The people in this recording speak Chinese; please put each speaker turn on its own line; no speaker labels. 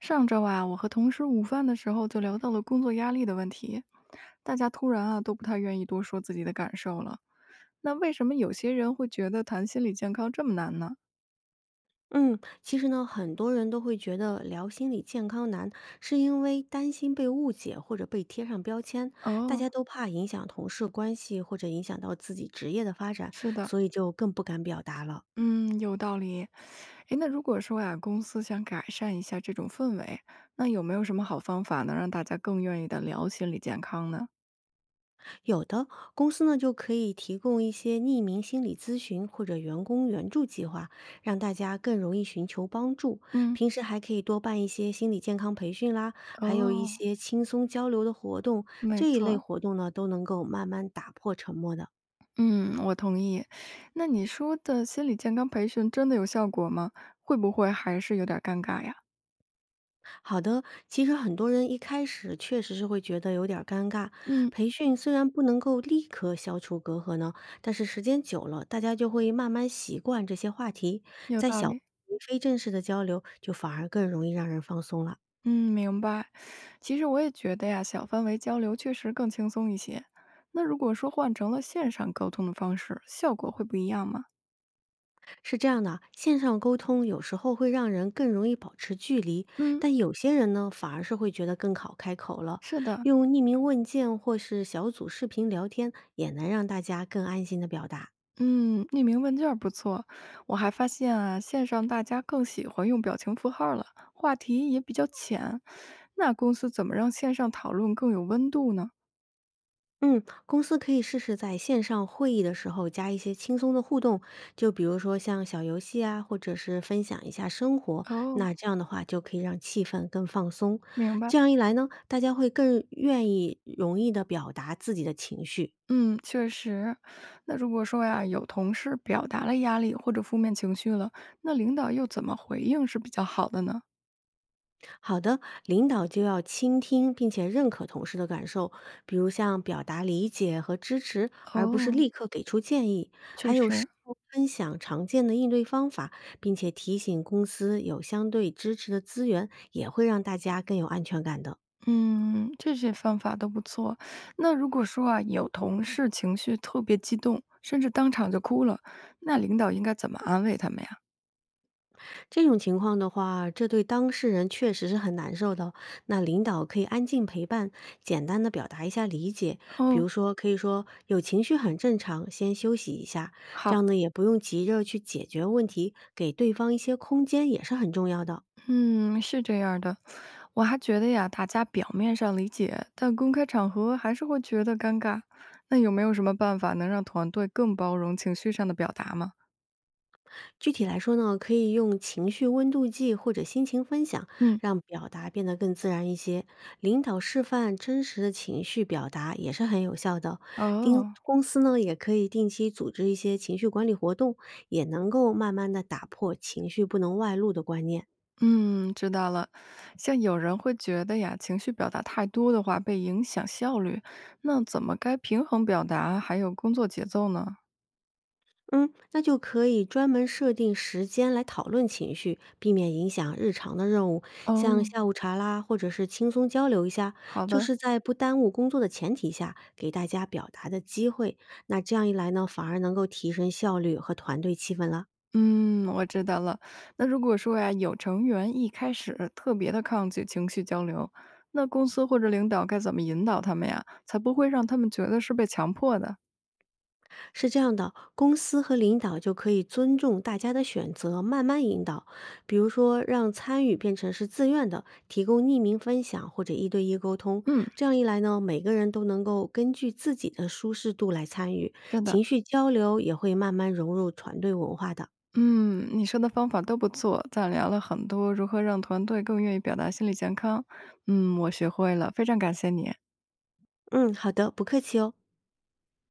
上周啊，我和同事午饭的时候就聊到了工作压力的问题，大家突然啊都不太愿意多说自己的感受了。那为什么有些人会觉得谈心理健康这么难呢？
嗯，其实呢，很多人都会觉得聊心理健康难，是因为担心被误解或者被贴上标签，大
哦，
家都怕影响同事关系或者影响到自己职业的发展，
是的，
所以就更不敢表达了。
嗯，有道理。诶，那如果说呀、公司想改善一下这种氛围，那有没有什么好方法能让大家更愿意的聊心理健康呢？
有的公司呢，就可以提供一些匿名心理咨询或者员工援助计划，让大家更容易寻求帮助。
嗯，
平时还可以多办一些心理健康培训啦，还有一
哦，
些轻松交流的活动，
没
这一类
错。
活动呢，都能够慢慢打破沉默的。
嗯，我同意。那你说的心理健康培训真的有效果吗？会不会还是有点儿尴尬呀？
好的，其实很多人一开始确实是会觉得有点儿尴尬。
嗯，
培训虽然不能够立刻消除隔阂呢，但是时间久了，大家就会慢慢习惯这些话题，
有
在
道
小
理。
非正式的交流就反而更容易让人放松了。
嗯，明白。其实我也觉得呀，小范围交流确实更轻松一些。那如果说换成了线上沟通的方式，效果会不一样吗？
是这样的啊，线上沟通有时候会让人更容易保持距离，
嗯，
但有些人呢，反而是会觉得更好开口了。
是的。
用匿名问件或是小组视频聊天，也能让大家更安心的表达。
嗯，匿名问卷儿不错。我还发现啊，线上大家更喜欢用表情符号了，话题也比较浅。那公司怎么让线上讨论更有温度呢？
嗯，公司可以试试在线上会议的时候加一些轻松的互动，就比如说像小游戏啊，或者是分享一下生活，
哦
那这样的话就可以让气氛更放松。
明白，
这样一来呢，大家会更愿意容易的表达自己的情绪。
嗯，确实。那如果说呀，有同事表达了压力或者负面情绪了，那领导又怎么回应是比较好的呢？
好的，领导就要倾听并且认可同事的感受，比如像表达理解和支持，而不是
哦，
立刻给出建议。
确
还有事
实，
后分享常见的应对方法，并且提醒公司有相对支持的资源，也会让大家更有安全感的。
嗯，这些方法都不错。那如果说啊，有同事情绪特别激动，甚至当场就哭了，那领导应该怎么安慰他们呀？
这种情况的话，这对当事人确实是很难受的。那领导可以安静陪伴，简单的表达一下理解，比
哦，
如说可以说有情绪很正常，先休息一下，这
好。
样呢也不用急着去解决问题，给对方一些空间也是很重要的。
嗯，是这样儿的，我还觉得呀，大家表面上理解，但公开场合还是会觉得尴尬。那有没有什么办法能让团队更包容情绪上的表达吗？
具体来说呢，可以用情绪温度计或者心情分享，
嗯，
让表达变得更自然一些。领导示范真实的情绪表达也是很有效的。丁
哦，
公司呢，也可以定期组织一些情绪管理活动，也能够慢慢的打破情绪不能外露的观念。
嗯，知道了。像有人会觉得呀，情绪表达太多的话被影响效率，那怎么该平衡表达还有工作节奏呢？
嗯，那就可以专门设定时间来讨论情绪，避免影响日常的任务，像
哦，
下午茶啦，或者是轻松交流一下，
好
就
的。
是在不耽误工作的前提下，给大家表达的机会。那这样一来呢，反而能够提升效率和团队气氛了。
嗯，我知道了。那如果说呀，有成员一开始特别的抗拒情绪交流，那公司或者领导该怎么引导他们呀，才不会让他们觉得是被强迫的？
是这样的，公司和领导就可以尊重大家的选择，慢慢引导。比如说，让参与变成是自愿的，提供匿名分享或者一对一沟通。
嗯，
这样一来呢，每个人都能够根据自己的舒适度来参与，
是的，
情绪交流也会慢慢融入团队文化的。
嗯，你说的方法都不错，咱聊了很多如何让团队更愿意表达心理健康。嗯，我学会了，非常感谢你。
嗯，好的，不客气哦。